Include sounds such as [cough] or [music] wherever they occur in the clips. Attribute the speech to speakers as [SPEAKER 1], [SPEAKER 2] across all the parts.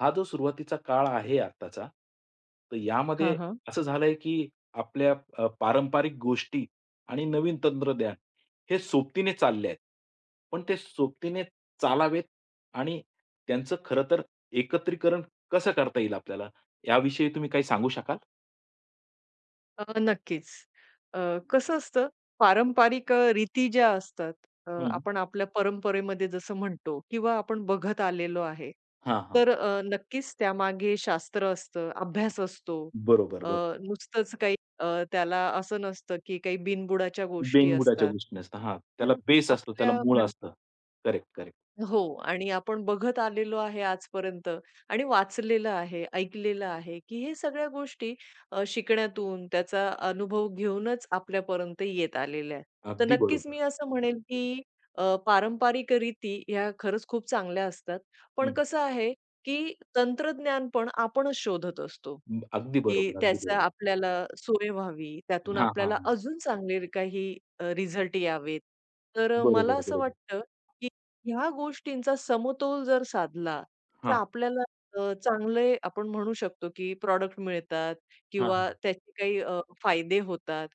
[SPEAKER 1] हा जो सुरुवातीचा काळ आहे आत्ताचा, तर
[SPEAKER 2] हां,
[SPEAKER 1] यामध्ये
[SPEAKER 2] हां.
[SPEAKER 1] असं झालंय की आपल्या पारंपरिक गोष्टी आणि नवीन तंत्रज्ञान हे सोबतीने चालले आहेत. पण ते सोबतीने चालावेत आणि त्यांचं खरं तर एकत्रीकरण कसं करता येईल आपल्याला, याविषयी तुम्ही काही सांगू शकाल?
[SPEAKER 2] नक्कीच. अ, कसं असतं, पारंपरिक रीती ज्या असतात,
[SPEAKER 1] हं.
[SPEAKER 2] आपण आपल्या परंपरेमध्ये जसं म्हणतो किंवा आपण बघत आलेलो आहे.
[SPEAKER 1] हां, हां.
[SPEAKER 2] तर नक्कीच त्यामागे शास्त्र असतं, अभ्यास असतो.
[SPEAKER 1] बरोबर,
[SPEAKER 2] अ,
[SPEAKER 1] बरोबर.
[SPEAKER 2] नुसतंच काही त्याला असं नसतं की काही बिनबुडाच्या गोष्टी
[SPEAKER 1] बेनबुडाच्या
[SPEAKER 2] असतात.
[SPEAKER 1] गोष्टी नसतात. हां, त्याला
[SPEAKER 2] पण
[SPEAKER 1] बेस असतो, त्याला
[SPEAKER 2] आपल्या
[SPEAKER 1] मूळ असतं. Correct, correct.
[SPEAKER 2] हो. आणि आपण बघत आलेलो आहे आजपर्यंत आणि वाचलेलं आहे, ऐकलेलं आहे, की हे सगळ्या गोष्टी शिकण्यातून, त्याचा अनुभव घेऊनच आपल्यापर्यंत येत आलेल्या आहेत. तर
[SPEAKER 1] अगदी
[SPEAKER 2] नक्कीच
[SPEAKER 1] बरोबर.
[SPEAKER 2] मी असं म्हणेल, की पारंपरिक रीती ह्या खरंच खूप चांगल्या असतात. पण
[SPEAKER 1] हं.
[SPEAKER 2] कसं आहे, की तंत्रज्ञान पण आपणच शोधत असतो,
[SPEAKER 1] अगदी
[SPEAKER 2] की
[SPEAKER 1] बरोबर, अगदी
[SPEAKER 2] त्याचा
[SPEAKER 1] बरोबर.
[SPEAKER 2] आपल्याला सोय व्हावी, त्यातून
[SPEAKER 1] हां, हां,
[SPEAKER 2] आपल्याला अजून चांगले काही रिझल्ट यावेत. तर मला
[SPEAKER 1] बरोबर,
[SPEAKER 2] असं
[SPEAKER 1] बरोबर.
[SPEAKER 2] वाटतं, ह्या गोष्टींचा समतोल जर साधला, तर
[SPEAKER 1] हां,
[SPEAKER 2] आपल्याला चांगले आपण म्हणू शकतो, की प्रॉडक्ट मिळतात
[SPEAKER 1] हां, हां.
[SPEAKER 2] किंवा त्याचे काही फायदे होतात.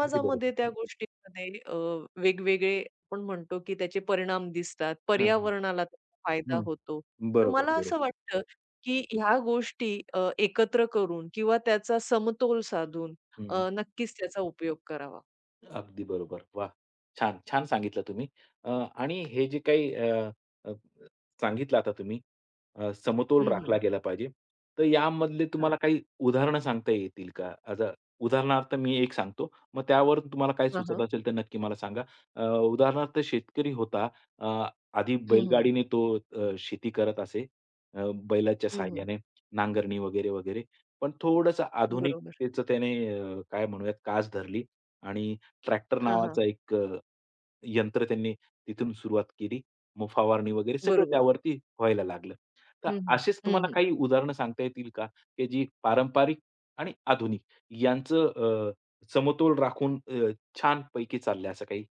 [SPEAKER 1] अगदी बरोबर.
[SPEAKER 2] त्या गोष्टींमध्ये वेगवेगळे आपण म्हणतो, की त्याचे परिणाम दिसतात.
[SPEAKER 1] हां, हां.
[SPEAKER 2] पर्यावरणाला त्याचा फायदा होतो.
[SPEAKER 1] हं.
[SPEAKER 2] तर
[SPEAKER 1] बरोबर,
[SPEAKER 2] मला
[SPEAKER 1] बरोबर.
[SPEAKER 2] असं वाटतं, की ह्या गोष्टी एकत्र करून किंवा त्याचा समतोल साधून
[SPEAKER 1] हं.
[SPEAKER 2] नक्कीच त्याचा उपयोग करावा.
[SPEAKER 1] अगदी बरोबर. वाह! छान, छान सांगितलं तुम्ही. अ, आणि हे जे काही अ, अ, सांगितलं आता तुम्ही, समतोल
[SPEAKER 2] हं,
[SPEAKER 1] राखला
[SPEAKER 2] हं.
[SPEAKER 1] गेला पाहिजे. तर यामधले
[SPEAKER 2] हां.
[SPEAKER 1] तुम्हाला काही उदाहरणं सांगता येतील का? आता उदाहरणार्थ मी एक सांगतो, मग त्यावर तुम्हाला काय
[SPEAKER 2] हां,
[SPEAKER 1] सुचत
[SPEAKER 2] हां.
[SPEAKER 1] असेल तर नक्की मला सांगा. अ, उदाहरणार्थ शेतकरी होता. अ, आधी
[SPEAKER 2] हं, हं.
[SPEAKER 1] बैलगाडीने तो शेती करत असे. बैलाच्या
[SPEAKER 2] हं, हं.
[SPEAKER 1] सहाय्याने नांगरणी वगैरे, वगैरे. पण थोडंसं
[SPEAKER 2] बरोबर.
[SPEAKER 1] आधुनिकतेचं त्याने काय म्हणूयात कास धरली आणि ट्रॅक्टर
[SPEAKER 2] हां, हां.
[SPEAKER 1] नावाचं एक यंत्र त्यांनी तिथून सुरुवात केली. मग फवारणी वगैरे सगळं
[SPEAKER 2] बरोबर.
[SPEAKER 1] त्यावरती व्हायला लागलं. तर
[SPEAKER 2] हं, हं.
[SPEAKER 1] असेच तुम्हाला
[SPEAKER 2] हं,
[SPEAKER 1] काही उदाहरणं सांगता येतील का? की जी पारंपरिक आणि आधुनिक यांचं समतोल राखून छानपैकी चाललंय असं काही?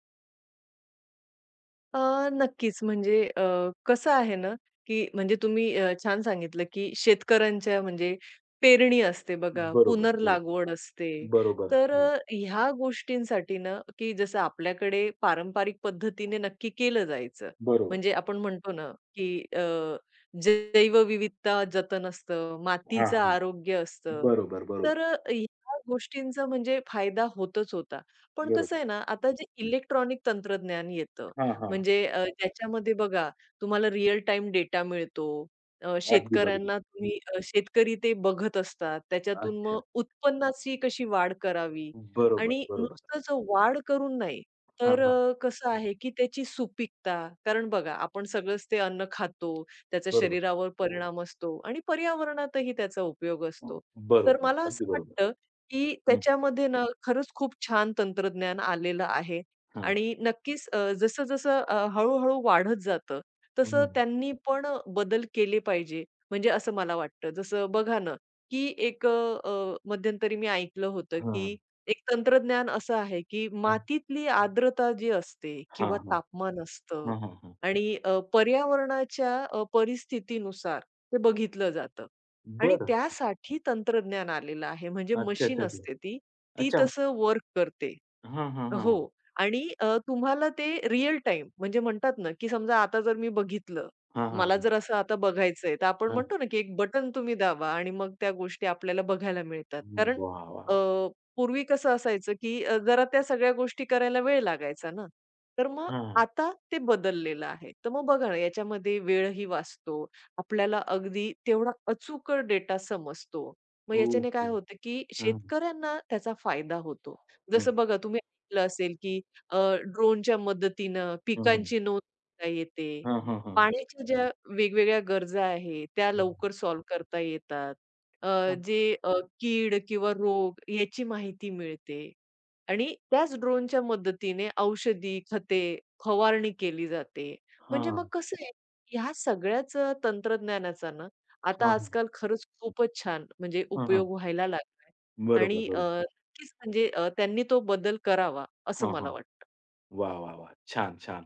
[SPEAKER 2] अ, नक्कीच. म्हणजे कसं आहे ना, की म्हणजे तुम्ही छान सांगितलं, की शेतकऱ्यांच्या म्हणजे पेरणी असते बघा,
[SPEAKER 1] बरोबर, बरोबर.
[SPEAKER 2] पुनर्लागवड असते.
[SPEAKER 1] बरोबर.
[SPEAKER 2] तर
[SPEAKER 1] हं.
[SPEAKER 2] ह्या गोष्टींसाठी ना, की जसं आपल्याकडे पारंपरिक पद्धतीने नक्की केलं जायचं.
[SPEAKER 1] बरोबर.
[SPEAKER 2] म्हणजे आपण म्हणतो ना, की अ, जैवविविधता जतन असतं,
[SPEAKER 1] हां,
[SPEAKER 2] मातीचं
[SPEAKER 1] हां.
[SPEAKER 2] आरोग्य असतं.
[SPEAKER 1] बरोबर, बरोबर.
[SPEAKER 2] तर ह्या गोष्टींचा म्हणजे फायदा होतच होता. पण कसं
[SPEAKER 1] बरोबर.
[SPEAKER 2] आहे ना, आता जे इलेक्ट्रॉनिक तंत्रज्ञान येतं,
[SPEAKER 1] हां, हां.
[SPEAKER 2] म्हणजे त्याच्यामध्ये बघा, तुम्हाला रिअल टाइम डेटा मिळतो.
[SPEAKER 1] अगदी बरोबर.
[SPEAKER 2] शेतकऱ्यांना तुम्ही शेतकरी ते बघत असतात. त्याच्यातून मग
[SPEAKER 1] अच्छा.
[SPEAKER 2] उत्पन्नाची कशी वाढ करावी
[SPEAKER 1] बरोबर,
[SPEAKER 2] आणि
[SPEAKER 1] बरोबर.
[SPEAKER 2] नुसतंच वाढ करून नाही,
[SPEAKER 1] हां,
[SPEAKER 2] तर
[SPEAKER 1] हां.
[SPEAKER 2] कसं आहे की त्याची सुपीकता, कारण बघा आपण सगळंच ते अन्न खातो, त्याचा
[SPEAKER 1] बरोबर.
[SPEAKER 2] शरीरावर परिणाम असतो आणि पर्यावरणातही त्याचा उपयोग असतो. तर
[SPEAKER 1] बरोबर.
[SPEAKER 2] मला
[SPEAKER 1] अगदी
[SPEAKER 2] असं
[SPEAKER 1] बरोबर.
[SPEAKER 2] वाटतं की
[SPEAKER 1] हं.
[SPEAKER 2] त्याच्यामध्ये ना खरंच खूप छान तंत्रज्ञान आलेलं आहे.
[SPEAKER 1] हां.
[SPEAKER 2] आणि नक्कीच जसं-जसं हळू-हळू वाढत जातं, तसं
[SPEAKER 1] हं.
[SPEAKER 2] त्यांनी पण बदल केले पाहिजे. म्हणजे असं मला वाटतं. जसं बघा ना, की एक मध्यंतरी मी ऐकलं होतं,
[SPEAKER 1] हां.
[SPEAKER 2] की एक तंत्रज्ञान असं आहे, की
[SPEAKER 1] हां.
[SPEAKER 2] मातीतली आर्द्रता जी असते
[SPEAKER 1] हां,
[SPEAKER 2] किंवा
[SPEAKER 1] हां.
[SPEAKER 2] तापमान असतं
[SPEAKER 1] हां, हां, हां.
[SPEAKER 2] आणि पर्यावरणाच्या परिस्थितीनुसार ते बघितलं जातं आणि त्यासाठी तंत्रज्ञान आलेलं आहे. म्हणजे
[SPEAKER 1] अच्छा, अच्छा,
[SPEAKER 2] मशीन
[SPEAKER 1] अच्छा.
[SPEAKER 2] असते ती, ती
[SPEAKER 1] अच्छा.
[SPEAKER 2] तसं वर्क करते.
[SPEAKER 1] हां, हां, हां,
[SPEAKER 2] हो.
[SPEAKER 1] हां.
[SPEAKER 2] आणि तुम्हाला ते रिअल टाइम, म्हणजे म्हणतात ना, की समजा आता जर मी बघितलं,
[SPEAKER 1] हां, हां,
[SPEAKER 2] मला जर असं आता बघायचंय, तर आपण
[SPEAKER 1] हां.
[SPEAKER 2] म्हणतो ना, की एक बटन तुम्ही दाबा आणि मग त्या गोष्टी आपल्याला बघायला मिळतात.
[SPEAKER 1] हं,
[SPEAKER 2] कारण
[SPEAKER 1] वाह, वाह,
[SPEAKER 2] अ,
[SPEAKER 1] वाह!
[SPEAKER 2] पूर्वी कसं असायचं, की जरा त्या सगळ्या गोष्टी करायला वेळ लागायचा ना. तर मग
[SPEAKER 1] हां,
[SPEAKER 2] आता ते बदललेलं आहे. तर मग बघा ना, याच्यामध्ये वेळही वाचतो. आपल्याला अगदी तेवढा अचूक डेटा समजतो. मग याच्याने
[SPEAKER 1] ओके.
[SPEAKER 2] काय होतं, की
[SPEAKER 1] हां,
[SPEAKER 2] शेतकऱ्यांना त्याचा फायदा होतो.
[SPEAKER 1] हं,
[SPEAKER 2] जसं बघा, तुम्ही ऐकलं असेल, की अ, ड्रोनच्या मदतीनं
[SPEAKER 1] हं, हं.
[SPEAKER 2] पिकांची नोंद घेता येते.
[SPEAKER 1] हां, हां, हां, हां.
[SPEAKER 2] पाण्याच्या ज्या वेगवेगळ्या गरजा आहेत, त्या
[SPEAKER 1] हां,
[SPEAKER 2] लवकर सॉल्व्ह करता येतात. जे कीड किंवा रोग याची माहिती मिळते आणि त्याच ड्रोनच्या मदतीने औषधी, खते फवारणी केली जाते. म्हणजे
[SPEAKER 1] हां,
[SPEAKER 2] मग कसं आहे, ह्या सगळ्याच तंत्रज्ञानाचा ना, आता
[SPEAKER 1] हां,
[SPEAKER 2] आजकाल खरंच खूपच छान म्हणजे
[SPEAKER 1] हां, हां.
[SPEAKER 2] उपयोग व्हायला लागलाय
[SPEAKER 1] बरोबर,
[SPEAKER 2] आणि
[SPEAKER 1] बरोबर.
[SPEAKER 2] नक्कीच म्हणजे त्यांनी तो बदल करावा, असं
[SPEAKER 1] हां, हां.
[SPEAKER 2] मला वाटतं.
[SPEAKER 1] वा, वा, वाह! छान, छान.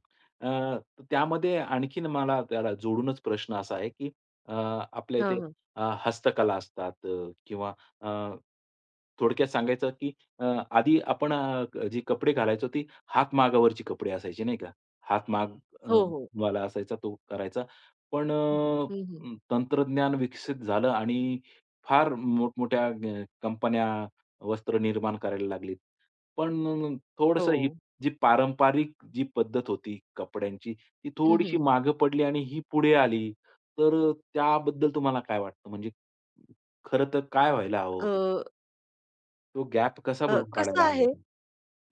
[SPEAKER 1] अ, त्यामध्ये आणखीन मला त्याला जोडूनच प्रश्न असा आहे, की अ, आपल्या
[SPEAKER 2] हां,
[SPEAKER 1] इथे
[SPEAKER 2] हां.
[SPEAKER 1] हस्तकला असतात किंवा अ, थोडक्यात सांगायचं, की अ, आधी आपण जी कपडे घालायचो ती हातमागावरची कपडे असायचे नाही का? हातमाग अ,
[SPEAKER 2] हो, हो.
[SPEAKER 1] वाला असायचा तो करायचा. पण
[SPEAKER 2] हं, हं.
[SPEAKER 1] तंत्रज्ञान विकसित झालं आणि फार मोठमोठ्या कंपन्या वस्त्र निर्माण करायला लागलीत. पण
[SPEAKER 2] हो.
[SPEAKER 1] थोडंसं जी पारंपरिक पद्धत होती कपड्यांची, ती थोडीशी
[SPEAKER 2] हं,
[SPEAKER 1] मागे पडली आणि ही पुढे आली. तर त्याबद्दल तुम्हाला काय वाटतं? म्हणजे खरं तर काय व्हायला हवं होतं?
[SPEAKER 2] अ,
[SPEAKER 1] तो गॅप कसा
[SPEAKER 2] अ,
[SPEAKER 1] भरून
[SPEAKER 2] कसं
[SPEAKER 1] काढायला हवा
[SPEAKER 2] आहे.
[SPEAKER 1] होता?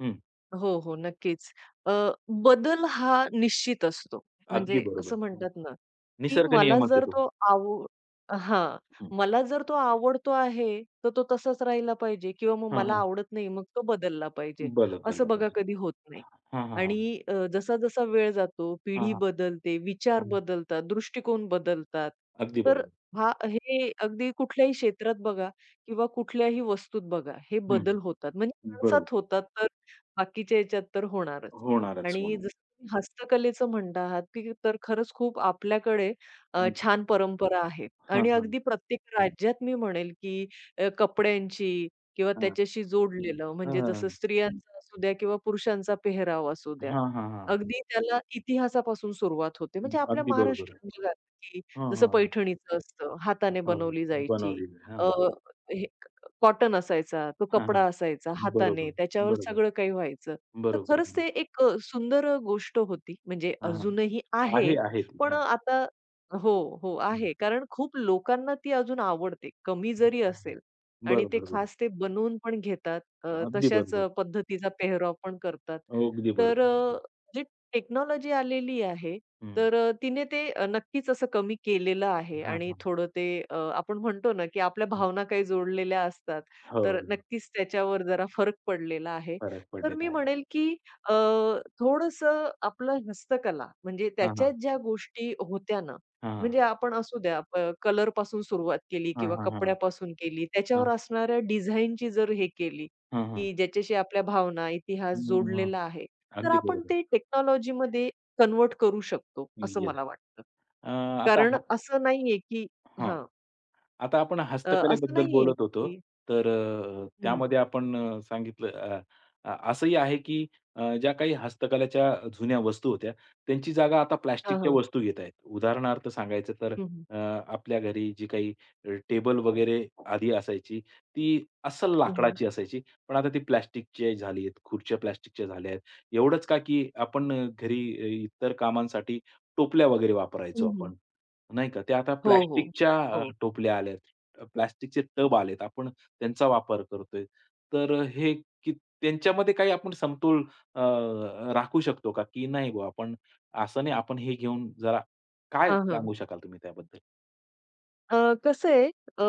[SPEAKER 1] हं,
[SPEAKER 2] हो, हो. नक्कीच. अ, बदल हा निश्चित असतो.
[SPEAKER 1] अगदी
[SPEAKER 2] म्हणजे
[SPEAKER 1] बरोबर.
[SPEAKER 2] असं
[SPEAKER 1] हं.
[SPEAKER 2] म्हणतात ना, की
[SPEAKER 1] निसर्ग
[SPEAKER 2] मला
[SPEAKER 1] नियमच आहे
[SPEAKER 2] जर
[SPEAKER 1] तो.
[SPEAKER 2] तो आव हां.
[SPEAKER 1] हं.
[SPEAKER 2] मला जर तो आवडतो आहे, तर तो तसाच राहिला पाहिजे किंवा मग
[SPEAKER 1] हां,
[SPEAKER 2] मला
[SPEAKER 1] हां.
[SPEAKER 2] आवडत नाही, मग तो बदलला पाहिजे.
[SPEAKER 1] बदल
[SPEAKER 2] असं
[SPEAKER 1] झाला
[SPEAKER 2] बघा
[SPEAKER 1] पाहिजे.
[SPEAKER 2] कधी होत नाही.
[SPEAKER 1] हां, हां, हां.
[SPEAKER 2] आणि जसा-जसा वेळ जातो,
[SPEAKER 1] हां,
[SPEAKER 2] पिढी
[SPEAKER 1] हां,
[SPEAKER 2] बदलते, विचार
[SPEAKER 1] हां.
[SPEAKER 2] बदलतात, दृष्टिकोन बदलतात.
[SPEAKER 1] अगदी
[SPEAKER 2] तर
[SPEAKER 1] बरोबर.
[SPEAKER 2] हा हे अगदी कुठल्याही क्षेत्रात बघा किंवा कुठल्याही वस्तूत बघा, हे
[SPEAKER 1] हं.
[SPEAKER 2] बदल होतात. म्हणजे
[SPEAKER 1] बरोबर.
[SPEAKER 2] माणसात होतात. बाकीच्या ह्याच्यात तर होणारच.
[SPEAKER 1] होणारच,
[SPEAKER 2] आणि
[SPEAKER 1] होणार.
[SPEAKER 2] जसं तुम्ही हस्तकलेचं म्हणत आहात, की तर खरंच खूप आपल्याकडे
[SPEAKER 1] हं.
[SPEAKER 2] छान परंपरा आहे।
[SPEAKER 1] हां,
[SPEAKER 2] आणि
[SPEAKER 1] हां.
[SPEAKER 2] अगदी प्रत्येक राज्यात मी म्हणेल, की कपड्यांची किंवा
[SPEAKER 1] हां.
[SPEAKER 2] त्याच्याशी जोडलेलं म्हणजे
[SPEAKER 1] हां.
[SPEAKER 2] जसं स्त्रियांचा असू द्या किंवा पुरुषांचा पेहराव असू द्या.
[SPEAKER 1] हां, हां, हां.
[SPEAKER 2] अगदी त्याला इतिहासापासून सुरुवात होते. म्हणजे आपल्या
[SPEAKER 1] अगदी बरोबर आहे.
[SPEAKER 2] महाराष्ट्रात बघा, की
[SPEAKER 1] हां,
[SPEAKER 2] जसं
[SPEAKER 1] हां, हां.
[SPEAKER 2] पैठणीचं असतं, हाताने
[SPEAKER 1] हो,
[SPEAKER 2] बनवली जायची.
[SPEAKER 1] बनवलेली. हां.
[SPEAKER 2] कॉटन असायचा, तो
[SPEAKER 1] हां, हां.
[SPEAKER 2] कपडा असायचा हाताने,
[SPEAKER 1] बरोबर,
[SPEAKER 2] त्याच्यावर
[SPEAKER 1] बरोबर,
[SPEAKER 2] सगळं काही व्हायचं. तर
[SPEAKER 1] बरोबर,
[SPEAKER 2] खरंच
[SPEAKER 1] बरोबर.
[SPEAKER 2] ते एक सुंदर गोष्ट होती. म्हणजे
[SPEAKER 1] हां, हां.
[SPEAKER 2] अजूनही
[SPEAKER 1] आहे,
[SPEAKER 2] आहे,
[SPEAKER 1] आहे ती.
[SPEAKER 2] पण
[SPEAKER 1] हां.
[SPEAKER 2] आता हो, हो,
[SPEAKER 1] हं, हं.
[SPEAKER 2] आहे. कारण खूप लोकांना ती अजून आवडते, कमी जरी
[SPEAKER 1] अगदी.
[SPEAKER 2] असेल, आणि ते
[SPEAKER 1] बरोबर, बरोबर.
[SPEAKER 2] खास ते बनवून पण घेतात.
[SPEAKER 1] अगदी
[SPEAKER 2] तशाच
[SPEAKER 1] बरोबर.
[SPEAKER 2] पद्धतीचा पेहराव पण करतात.
[SPEAKER 1] अगदी
[SPEAKER 2] तर
[SPEAKER 1] बरोबर.
[SPEAKER 2] जी टेक्नॉलॉजी आलेली आहे,
[SPEAKER 1] हं.
[SPEAKER 2] तर तिने ते नक्कीच असं कमी केलेलं आहे
[SPEAKER 1] हां,
[SPEAKER 2] आणि
[SPEAKER 1] हां.
[SPEAKER 2] थोडं ते आपण म्हणतो ना, की आपल्या
[SPEAKER 1] हं.
[SPEAKER 2] भावना काही जोडलेल्या असतात,
[SPEAKER 1] हो,
[SPEAKER 2] तर
[SPEAKER 1] हो.
[SPEAKER 2] नक्कीच त्याच्यावर जरा फरक पडलेला आहे.
[SPEAKER 1] फरक
[SPEAKER 2] तर
[SPEAKER 1] पडलेला
[SPEAKER 2] मी
[SPEAKER 1] आहे.
[SPEAKER 2] म्हणेल, की अ, थोडंसं आपलं हस्तकला म्हणजे
[SPEAKER 1] हां, हां.
[SPEAKER 2] त्याच्यात ज्या गोष्टी होत्या ना,
[SPEAKER 1] हां, हां.
[SPEAKER 2] म्हणजे आपण असू द्या कलरपासून सुरुवात केली
[SPEAKER 1] हां,
[SPEAKER 2] किंवा
[SPEAKER 1] हां, हां.
[SPEAKER 2] कपड्यापासून केली, त्याच्यावर
[SPEAKER 1] हां,
[SPEAKER 2] असणाऱ्या डिझाईनची जर हे केली,
[SPEAKER 1] हां, हां.
[SPEAKER 2] की ज्याच्याशी आपल्या भावना, इतिहास
[SPEAKER 1] हं, हं.
[SPEAKER 2] जोडलेला आहे, तर
[SPEAKER 1] अगदी
[SPEAKER 2] आपण
[SPEAKER 1] बरोबर.
[SPEAKER 2] ते टेक्नॉलॉजीमध्ये कन्वर्ट करू शकतो, असं
[SPEAKER 1] येस.
[SPEAKER 2] मला वाटतं.
[SPEAKER 1] अ, आता
[SPEAKER 2] कारण असं नाहीये, की
[SPEAKER 1] हां.
[SPEAKER 2] हां,
[SPEAKER 1] आता आपण
[SPEAKER 2] असं
[SPEAKER 1] हस्तकलेबद्दल
[SPEAKER 2] नाहीये,
[SPEAKER 1] बोलत होतो.
[SPEAKER 2] की
[SPEAKER 1] तर
[SPEAKER 2] हं,
[SPEAKER 1] त्यामध्ये आपण अ, सांगितलं अ, अ, असंही आहे की ज्या काही हस्तकलेच्या जुन्या वस्तू होत्या, त्यांची जागा आता
[SPEAKER 2] हां,
[SPEAKER 1] प्लास्टिकच्या
[SPEAKER 2] हां.
[SPEAKER 1] वस्तू घेत आहेत. उदाहरणार्थ सांगायचं तर
[SPEAKER 2] हं, हं.
[SPEAKER 1] अ, आपल्या घरी जी काही टेबल वगैरे आधी असायची, ती अस्सल
[SPEAKER 2] हं, हं.
[SPEAKER 1] लाकडाची असायची. पण आता ती प्लास्टिकची झाली आहेत, खुर्च्या प्लास्टिकच्या झाल्या आहेत. एवढंच का की आपण घरी इतर कामांसाठी टोपल्या वगैरे वापरायचो
[SPEAKER 2] हं, हं.
[SPEAKER 1] आपण. नाही का? ते आता
[SPEAKER 2] हो, हो.
[SPEAKER 1] प्लास्टिकच्या
[SPEAKER 2] हो.
[SPEAKER 1] टोपल्या आल्यात. प्लास्टिकचे टब आलेत. आपण त्यांचा वापर करतोय. तर हे की त्यांच्यामध्ये काही आपण समतोल अ, राखू शकतो का? की नाही बुवा आपण, असं नाही आपण हे घेऊन जरा, काय
[SPEAKER 2] हां, हां.
[SPEAKER 1] सांगू शकाल तुम्ही त्याबद्दल?
[SPEAKER 2] कसं आहे, अ,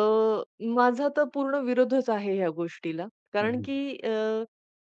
[SPEAKER 2] माझा तर पूर्ण विरोधच आहे ह्या गोष्टीला.
[SPEAKER 1] हं,
[SPEAKER 2] कारण
[SPEAKER 1] हं.
[SPEAKER 2] की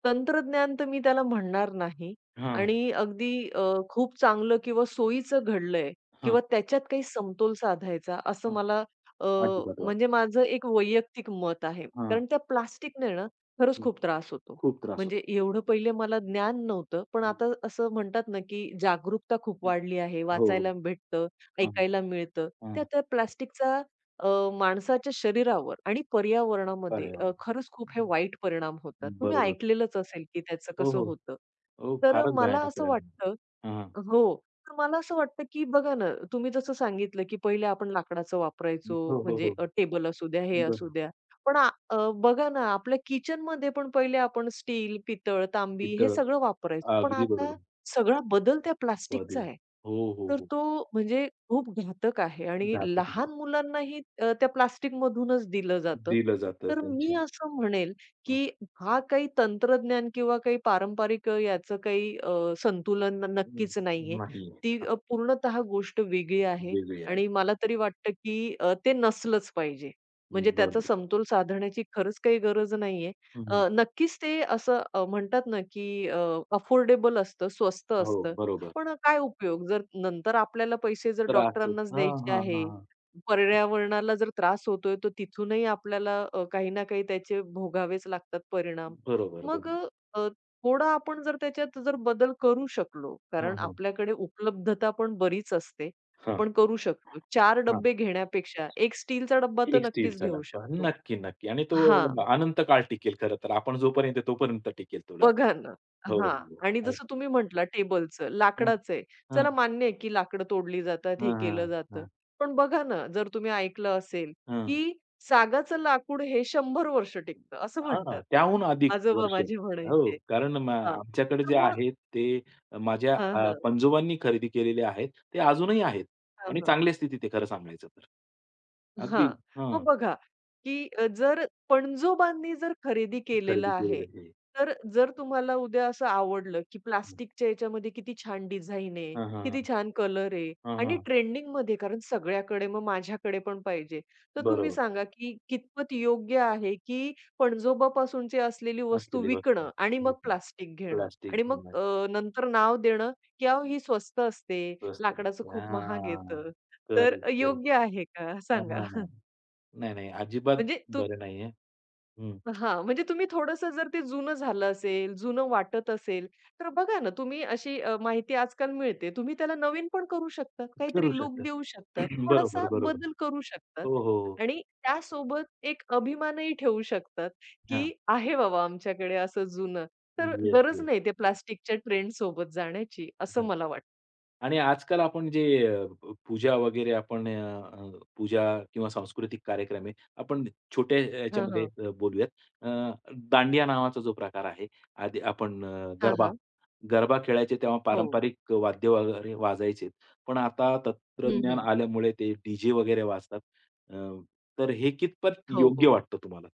[SPEAKER 2] तंत्रज्ञान तर मी त्याला म्हणणार नाही
[SPEAKER 1] हां,
[SPEAKER 2] आणि अगदी खूप चांगलं किंवा सोयीचं घडलंय
[SPEAKER 1] हां,
[SPEAKER 2] किंवा त्याच्यात काही समतोल साधायचा असं
[SPEAKER 1] हां.
[SPEAKER 2] मला अ,
[SPEAKER 1] अजिबात वाटत
[SPEAKER 2] म्हणजे
[SPEAKER 1] नाही.
[SPEAKER 2] माझं एक वैयक्तिक मत आहे.
[SPEAKER 1] हां,
[SPEAKER 2] कारण त्या प्लास्टिकने ना खरंच
[SPEAKER 1] हं.
[SPEAKER 2] खूप त्रास होतो.
[SPEAKER 1] खूप त्रास
[SPEAKER 2] म्हणजे
[SPEAKER 1] होतो.
[SPEAKER 2] एवढं पहिले मला ज्ञान नव्हतं, पण आता असं म्हणतात ना, की जागरूकता खूप
[SPEAKER 1] हं.
[SPEAKER 2] वाढली आहे.
[SPEAKER 1] हो, हो.
[SPEAKER 2] वाचायला भेटतं,
[SPEAKER 1] हां,
[SPEAKER 2] ऐकायला मिळतं. त्या
[SPEAKER 1] हां.
[SPEAKER 2] त्या प्लास्टिकचा अ, माणसाच्या शरीरावर आणि पर्यावरणामध्ये
[SPEAKER 1] अरे वाह!
[SPEAKER 2] खरंच खूप हे वाईट परिणाम होतात. तुम्ही
[SPEAKER 1] बरोबर.
[SPEAKER 2] ऐकलेलंच असेल, की त्याचं
[SPEAKER 1] हो,
[SPEAKER 2] कसं
[SPEAKER 1] हो.
[SPEAKER 2] होतं.
[SPEAKER 1] हो,
[SPEAKER 2] तर
[SPEAKER 1] फारच
[SPEAKER 2] मला
[SPEAKER 1] भयानक
[SPEAKER 2] असं
[SPEAKER 1] परिणाम.
[SPEAKER 2] वाटतं.
[SPEAKER 1] हां.
[SPEAKER 2] हो. तर मला असं वाटतं, की बघा ना, तुम्ही जसं सांगितलं, की पहिले आपण लाकडाचं वापरायचो,
[SPEAKER 1] हो, हो,
[SPEAKER 2] म्हणजे
[SPEAKER 1] हो.
[SPEAKER 2] टेबल असू द्या, हे असू
[SPEAKER 1] बरं.
[SPEAKER 2] द्या. पण आ अ, बघा ना, आपल्या किचनमध्ये पण पहिले आपण स्टील, पितळ, तांबी हे
[SPEAKER 1] इथं
[SPEAKER 2] सगळं वापरायचो. पण
[SPEAKER 1] अगदी
[SPEAKER 2] आता
[SPEAKER 1] बरोबर.
[SPEAKER 2] सगळा बदल त्या
[SPEAKER 1] पदे
[SPEAKER 2] प्लास्टिकचा आहे.
[SPEAKER 1] हो, हो,
[SPEAKER 2] तर
[SPEAKER 1] हो.
[SPEAKER 2] तो म्हणजे खूप घातक आहे आणि
[SPEAKER 1] जातं ते.
[SPEAKER 2] लहान मुलांनाही त्या प्लास्टिकमधूनच दिलं जातं.
[SPEAKER 1] दिलं जातं
[SPEAKER 2] तर मी
[SPEAKER 1] त्यांचे.
[SPEAKER 2] असं म्हणेल,
[SPEAKER 1] हं.
[SPEAKER 2] की हा काही तंत्रज्ञान किंवा काही पारंपरिक याचं काही संतुलन
[SPEAKER 1] हं.
[SPEAKER 2] नक्कीच नाहीये.
[SPEAKER 1] नाही.
[SPEAKER 2] ती
[SPEAKER 1] हां.
[SPEAKER 2] पूर्णतः गोष्ट वेगळी आहे
[SPEAKER 1] वेगळी आहे.
[SPEAKER 2] आणि मला तरी वाटतं, की ते नसलंच पाहिजे. म्हणजे त्याचा
[SPEAKER 1] बरोबर.
[SPEAKER 2] समतोल साधण्याची खरंच काही गरज नाहीये.
[SPEAKER 1] हं, हं.
[SPEAKER 2] नक्कीच ते असं म्हणतात ना, की अफोर्डेबल असतं, स्वस्त
[SPEAKER 1] हो,
[SPEAKER 2] असतं.
[SPEAKER 1] बरोबर.
[SPEAKER 2] पण काय उपयोग जर नंतर आपल्याला पैसे जर
[SPEAKER 1] त्रास
[SPEAKER 2] डॉक्टरांनाच
[SPEAKER 1] हां,
[SPEAKER 2] द्यायचे
[SPEAKER 1] हां,
[SPEAKER 2] आहे,
[SPEAKER 1] हां.
[SPEAKER 2] पर्यावरणाला जर त्रास होतोय, तो तिथूनही आपल्याला काही ना काही त्याचे भोगावेच लागतात परिणाम.
[SPEAKER 1] बरोबर,
[SPEAKER 2] मग
[SPEAKER 1] बरोबर.
[SPEAKER 2] थोडा आपण जर त्याच्यात जर बदल करू शकलो,
[SPEAKER 1] हां,
[SPEAKER 2] कारण
[SPEAKER 1] हां.
[SPEAKER 2] आपल्याकडे उपलब्धता पण बरीच असते,
[SPEAKER 1] हां,
[SPEAKER 2] पण करू शकतो. 4
[SPEAKER 1] हां.
[SPEAKER 2] डब्बे घेण्यापेक्षा 1 स्टीलचा डब्बा तर
[SPEAKER 1] एक
[SPEAKER 2] नक्कीच
[SPEAKER 1] स्टीलचा
[SPEAKER 2] घेऊ
[SPEAKER 1] डब्बा.
[SPEAKER 2] शकतो.
[SPEAKER 1] नक्की, नक्की आणि तो
[SPEAKER 2] हां.
[SPEAKER 1] अनंत काळ टिकेल खरं तर. आपण जोपर्यंत तोपर्यंत टिकेल तो डब्बा.
[SPEAKER 2] बघा ना.
[SPEAKER 1] हो,
[SPEAKER 2] हां.
[SPEAKER 1] हो.
[SPEAKER 2] आणि
[SPEAKER 1] अ,
[SPEAKER 2] जसं तुम्ही म्हटला, टेबलचं,
[SPEAKER 1] हं,
[SPEAKER 2] लाकडाचं आहे.
[SPEAKER 1] हं.
[SPEAKER 2] चला मान्य आहे, की लाकडं तोडली जातात, हे
[SPEAKER 1] हां,
[SPEAKER 2] केलं
[SPEAKER 1] हां,
[SPEAKER 2] जातं.
[SPEAKER 1] हां.
[SPEAKER 2] पण बघा ना, जर तुम्ही ऐकलं असेल,
[SPEAKER 1] हं.
[SPEAKER 2] की सागाचं लाकूड हे 100 वर्ष टिकतं, असं
[SPEAKER 1] हां,
[SPEAKER 2] म्हणतात.
[SPEAKER 1] त्याहून अधिक
[SPEAKER 2] आजोबा
[SPEAKER 1] वर्ष.
[SPEAKER 2] माझे
[SPEAKER 1] हो,
[SPEAKER 2] म्हणायचे.
[SPEAKER 1] कारण म
[SPEAKER 2] हां.
[SPEAKER 1] आमच्याकडे
[SPEAKER 2] तर
[SPEAKER 1] जे
[SPEAKER 2] मग
[SPEAKER 1] आहेत ते माझ्या
[SPEAKER 2] हां, हां.
[SPEAKER 1] पणजोबांनी खरेदी केलेले आहेत. ते अजूनही आहेत
[SPEAKER 2] हां,
[SPEAKER 1] आणि
[SPEAKER 2] हां.
[SPEAKER 1] चांगली स्थितीत आहे खरं सांगायचं तर. अगदी
[SPEAKER 2] हां.
[SPEAKER 1] हां,
[SPEAKER 2] मग बघा, की जर पणजोबांनी जर खरेदी केलेलं
[SPEAKER 1] खरेदी
[SPEAKER 2] आहे,
[SPEAKER 1] केलेले आहे.
[SPEAKER 2] तर जर तुम्हाला उद्या असं आवडलं, की प्लास्टिकच्या याच्यामध्ये किती छान डिझाइन आहे,
[SPEAKER 1] हां, हां, हां.
[SPEAKER 2] किती छान कलर आहे
[SPEAKER 1] हां,
[SPEAKER 2] आणि
[SPEAKER 1] हां.
[SPEAKER 2] ट्रेंडिंगमध्ये कारण सगळ्याकडे मग माझ्याकडे पण पाहिजे. तर तुम्ही
[SPEAKER 1] बरोबर.
[SPEAKER 2] सांगा, की कितपत योग्य आहे, की पणजोबापासूनची असलेली वस्तू
[SPEAKER 1] असलेली वस्तू.
[SPEAKER 2] विकणं आणि
[SPEAKER 1] ठीक
[SPEAKER 2] मग
[SPEAKER 1] आहे.
[SPEAKER 2] प्लास्टिक घेणं
[SPEAKER 1] प्लास्टिक
[SPEAKER 2] आणि मग
[SPEAKER 1] म्हणा,
[SPEAKER 2] नंतर नाव देणं, की अहो ही स्वस्त असते,
[SPEAKER 1] स्वस्त.
[SPEAKER 2] लाकडाचं खूप महाग
[SPEAKER 1] हां.
[SPEAKER 2] येतं. तर
[SPEAKER 1] करेक्ट, करेक्ट.
[SPEAKER 2] योग्य आहे का?
[SPEAKER 1] हां,
[SPEAKER 2] सांगा.
[SPEAKER 1] हां, हां. नाही, नाही. अजिबात
[SPEAKER 2] म्हणजे तू.
[SPEAKER 1] बरं नाहीये. हं.
[SPEAKER 2] हां, म्हणजे तुम्ही थोडंसं जर ते जुनं झालं असेल, जुनं वाटत असेल, तर बघा ना, तुम्ही अशी माहिती आजकाल मिळते. तुम्ही त्याला नवीन पण करू शकतात,
[SPEAKER 1] करू
[SPEAKER 2] काहीतरी लूक
[SPEAKER 1] शकतात.
[SPEAKER 2] देऊ शकतात,
[SPEAKER 1] [clears throat] बरोबर,
[SPEAKER 2] थोडासा
[SPEAKER 1] बरोबर.
[SPEAKER 2] बदल करू शकतात
[SPEAKER 1] हो, हो. हो.
[SPEAKER 2] आणि त्यासोबत एक अभिमानही ठेवू शकतात,
[SPEAKER 1] हां.
[SPEAKER 2] की आहे बाबा आमच्याकडे असं जुनं. तर
[SPEAKER 1] येस,
[SPEAKER 2] गरज
[SPEAKER 1] येस.
[SPEAKER 2] नाही ते प्लास्टिकच्या ट्रेंडसोबत जाण्याची, असं
[SPEAKER 1] हां.
[SPEAKER 2] मला वाटतं.
[SPEAKER 1] आणि आजकाल आपण जे अ, प पूजा वगैरे आपण अ, अ, पूजा किंवा सांस्कृतिक कार्यक्रम आहे. आपण छोट्या
[SPEAKER 2] हां,
[SPEAKER 1] याच्यामध्ये
[SPEAKER 2] हां.
[SPEAKER 1] बोलूयात. अ, दांडिया नावाचा जो प्रकार आहे. आधी आपण
[SPEAKER 2] हां,
[SPEAKER 1] गरबा
[SPEAKER 2] हां.
[SPEAKER 1] गरबा खेळायचे तेव्हा
[SPEAKER 2] हो.
[SPEAKER 1] पारंपरिक वाद्य वगैरे वाजायचे. पण आता
[SPEAKER 2] हं,
[SPEAKER 1] तंत्रज्ञान
[SPEAKER 2] हं.
[SPEAKER 1] आल्यामुळे ते डी वगैरे वाजतात. अ, तर हे कितपत
[SPEAKER 2] हो,
[SPEAKER 1] योग्य
[SPEAKER 2] हो.
[SPEAKER 1] वाटतं तुम्हाला?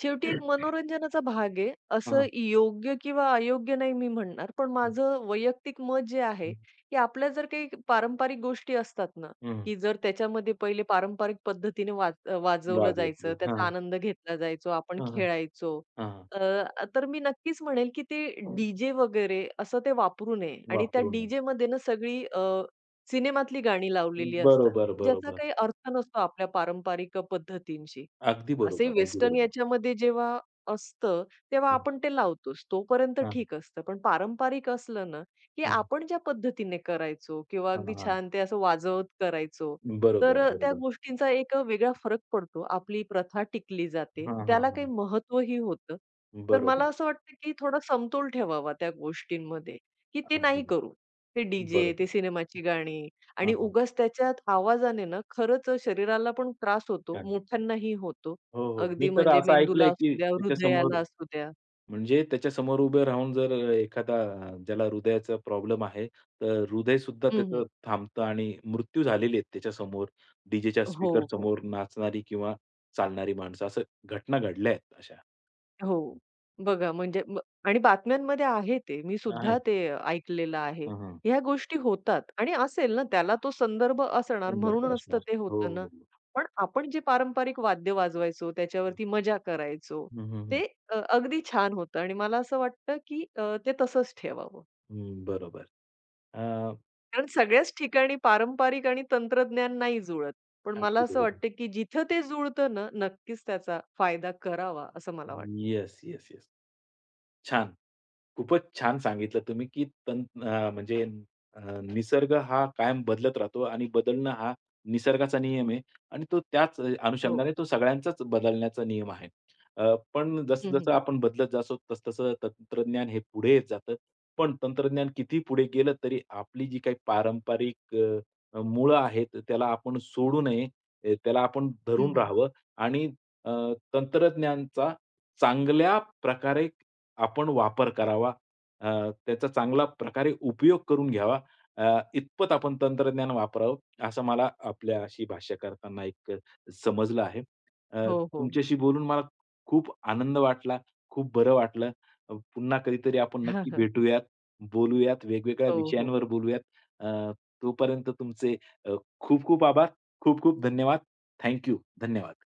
[SPEAKER 2] शेवटी एक मनोरंजनाचा भाग आहे. असं
[SPEAKER 1] हां.
[SPEAKER 2] योग्य किंवा अयोग्य नाही मी म्हणणार. पण
[SPEAKER 1] हं,
[SPEAKER 2] माझं वैयक्तिक मत जे आहे,
[SPEAKER 1] हं.
[SPEAKER 2] की आपल्या जर काही पारंपरिक गोष्टी असतात ना,
[SPEAKER 1] हं.
[SPEAKER 2] की जर त्याच्यामध्ये पहिले पारंपरिक पद्धतीने वाजवलं
[SPEAKER 1] वाजवत.
[SPEAKER 2] जायचं, त्याचा
[SPEAKER 1] हां,
[SPEAKER 2] आनंद घेतला जायचो, आपण
[SPEAKER 1] हां.
[SPEAKER 2] खेळायचो.
[SPEAKER 1] हां,
[SPEAKER 2] अ, तर मी नक्कीच म्हणेल, की ते डी वगैरे असं ते वापरू नये आणि त्या
[SPEAKER 1] वापरू नये.
[SPEAKER 2] डी-जेमध्ये ना सगळी सिनेमातली गाणी लावलेली असतात.
[SPEAKER 1] बरोबर,
[SPEAKER 2] ज्याचा
[SPEAKER 1] बरोबर.
[SPEAKER 2] काही अर्थ नसतो आपल्या पारंपरिक पद्धतींशी.
[SPEAKER 1] अगदी
[SPEAKER 2] असे
[SPEAKER 1] बरोबर, अगदी
[SPEAKER 2] वेस्टर्न
[SPEAKER 1] बरोबर.
[SPEAKER 2] याच्यामध्ये जेव्हा असतं, तेव्हा
[SPEAKER 1] हं,
[SPEAKER 2] आपण ते लावतोच. तोपर्यंत
[SPEAKER 1] हां,
[SPEAKER 2] ठीक असतं. पण पारंपरिक असलं ना, की
[SPEAKER 1] हां,
[SPEAKER 2] आपण ज्या पद्धतीने करायचो किंवा
[SPEAKER 1] हां,
[SPEAKER 2] अगदी
[SPEAKER 1] हां.
[SPEAKER 2] छान ते असं वाजवत करायचो, तर
[SPEAKER 1] बरोबर,
[SPEAKER 2] त्या
[SPEAKER 1] बरोबर.
[SPEAKER 2] गोष्टींचा एक वेगळा फरक पडतो. आपली प्रथा टिकली जाते.
[SPEAKER 1] हां, हां,
[SPEAKER 2] त्याला काही
[SPEAKER 1] हां.
[SPEAKER 2] महत्त्वही होतं. तर
[SPEAKER 1] बरोबर.
[SPEAKER 2] मला असं वाटतं, की थोडा समतोल ठेवावा त्या गोष्टींमध्ये, की ते
[SPEAKER 1] अगदी
[SPEAKER 2] नाही करू. ते डी
[SPEAKER 1] बरोबर.
[SPEAKER 2] ते सिनेमाची गाणी
[SPEAKER 1] हां,
[SPEAKER 2] आणि
[SPEAKER 1] हां.
[SPEAKER 2] उगाच त्याच्यात आवाजाने ना खरंच शरीराला पण त्रास होतो,
[SPEAKER 1] चालेल.
[SPEAKER 2] मोठ्यांनाही होतो,
[SPEAKER 1] हो, हो. मी
[SPEAKER 2] अगदी
[SPEAKER 1] तर
[SPEAKER 2] म्हणजे
[SPEAKER 1] असं
[SPEAKER 2] मेंदूला
[SPEAKER 1] ऐकलंय, की
[SPEAKER 2] असू द्या,
[SPEAKER 1] त्याच्यासमोर,
[SPEAKER 2] हृदयाला असू द्या.
[SPEAKER 1] म्हणजे त्याच्यासमोर उभे राहून जर एखादा ज्याला हृदयाचा प्रॉब्लेम आहे, तर हृदयसुद्धा
[SPEAKER 2] हं,
[SPEAKER 1] त्याचं
[SPEAKER 2] हं.
[SPEAKER 1] थांबतं आणि मृत्यू झालेले आहेत त्याच्यासमोर, डीजेच्या
[SPEAKER 2] हो, हो.
[SPEAKER 1] स्पीकरसमोर नाचणारी किंवा चालणारी माणसं, असं घटना घडल्या आहेत अशा.
[SPEAKER 2] हो. बघा म्हणजे आणि बातम्यांमध्ये आहे ते. मी सुद्धा
[SPEAKER 1] आहेत.
[SPEAKER 2] ते ऐकलेलं आहे.
[SPEAKER 1] हं, हं.
[SPEAKER 2] ह्या गोष्टी होतात आणि असेल ना त्याला तो संदर्भ असणार
[SPEAKER 1] सुंदर
[SPEAKER 2] म्हणूनच तर
[SPEAKER 1] प्रश्न.
[SPEAKER 2] ते
[SPEAKER 1] हो,
[SPEAKER 2] होतं
[SPEAKER 1] हो,
[SPEAKER 2] ना.
[SPEAKER 1] हो.
[SPEAKER 2] पण आपण जे पारंपरिक वाद्य वाजवायचो, त्याच्यावरती मजा करायचो,
[SPEAKER 1] हं, हं, हं.
[SPEAKER 2] ते अगदी छान होतं आणि मला असं वाटतं, की ते तसंच ठेवावं.
[SPEAKER 1] हं, बरोबर. अ,
[SPEAKER 2] कारण सगळ्याच ठिकाणी पारंपरिक आणि तंत्रज्ञान नाही जुळत. पण मला
[SPEAKER 1] अगदी
[SPEAKER 2] असं
[SPEAKER 1] बरोबर.
[SPEAKER 2] वाटतं, की जिथं ते जुळतं ना, नक्कीच त्याचा फायदा करावा, असं मला वाटतं.
[SPEAKER 1] Yes, yes, yes. छान. खूपच छान सांगितलं तुम्ही, की म्हणजे निसर्ग हा कायम बदलत राहतो आणि बदलणं हा निसर्गाचा नियम आहे आणि तो त्याच
[SPEAKER 2] हो.
[SPEAKER 1] अनुषंगाने तो सगळ्यांचाच बदलण्याचा नियम आहे. पण
[SPEAKER 2] हं,
[SPEAKER 1] जसं-जसं
[SPEAKER 2] हं.
[SPEAKER 1] आपण बदलत जातो, तस तसं तंत्रज्ञान हे पुढे येत जातं. पण तंत्रज्ञान किती पुढे गेलं तरी आपली जी काही पारंपरिक मुळं आहेत, त्याला आपण सोडू नये. त्याला आपण
[SPEAKER 2] हं,
[SPEAKER 1] धरून
[SPEAKER 2] हं.
[SPEAKER 1] राहावं आणि अ, तंत्रज्ञानचा चांगल्या प्रकारे आपण वापर करावा. त्याचा चांगला प्रकारे उपयोग करून घ्यावा. अ, इतपत आपण तंत्रज्ञान वापरावं, असं मला आपल्याशी भाष्य करताना एक समजलं आहे. अ,
[SPEAKER 2] हो, हो.
[SPEAKER 1] तुमच्याशी बोलून मला खूप आनंद वाटला, खूप बरं वाटलं. पुन्हा कधीतरी आपण
[SPEAKER 2] [laughs] हां,
[SPEAKER 1] नक्की
[SPEAKER 2] हां.
[SPEAKER 1] भेटूयात, बोलूयात, वेगवेगळ्या
[SPEAKER 2] हो, हो.
[SPEAKER 1] विषयांवर बोलूयात. अ, तोपर्यंत तुमचे अ, खूप खूप आभार, खूप खूप धन्यवाद. थँक धन्यवाद.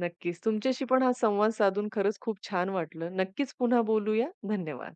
[SPEAKER 2] नक्कीच. तुमच्याशी पण हा संवाद साधून खरंच खूप छान वाटलं. नक्कीच पुन्हा बोलूया. धन्यवाद.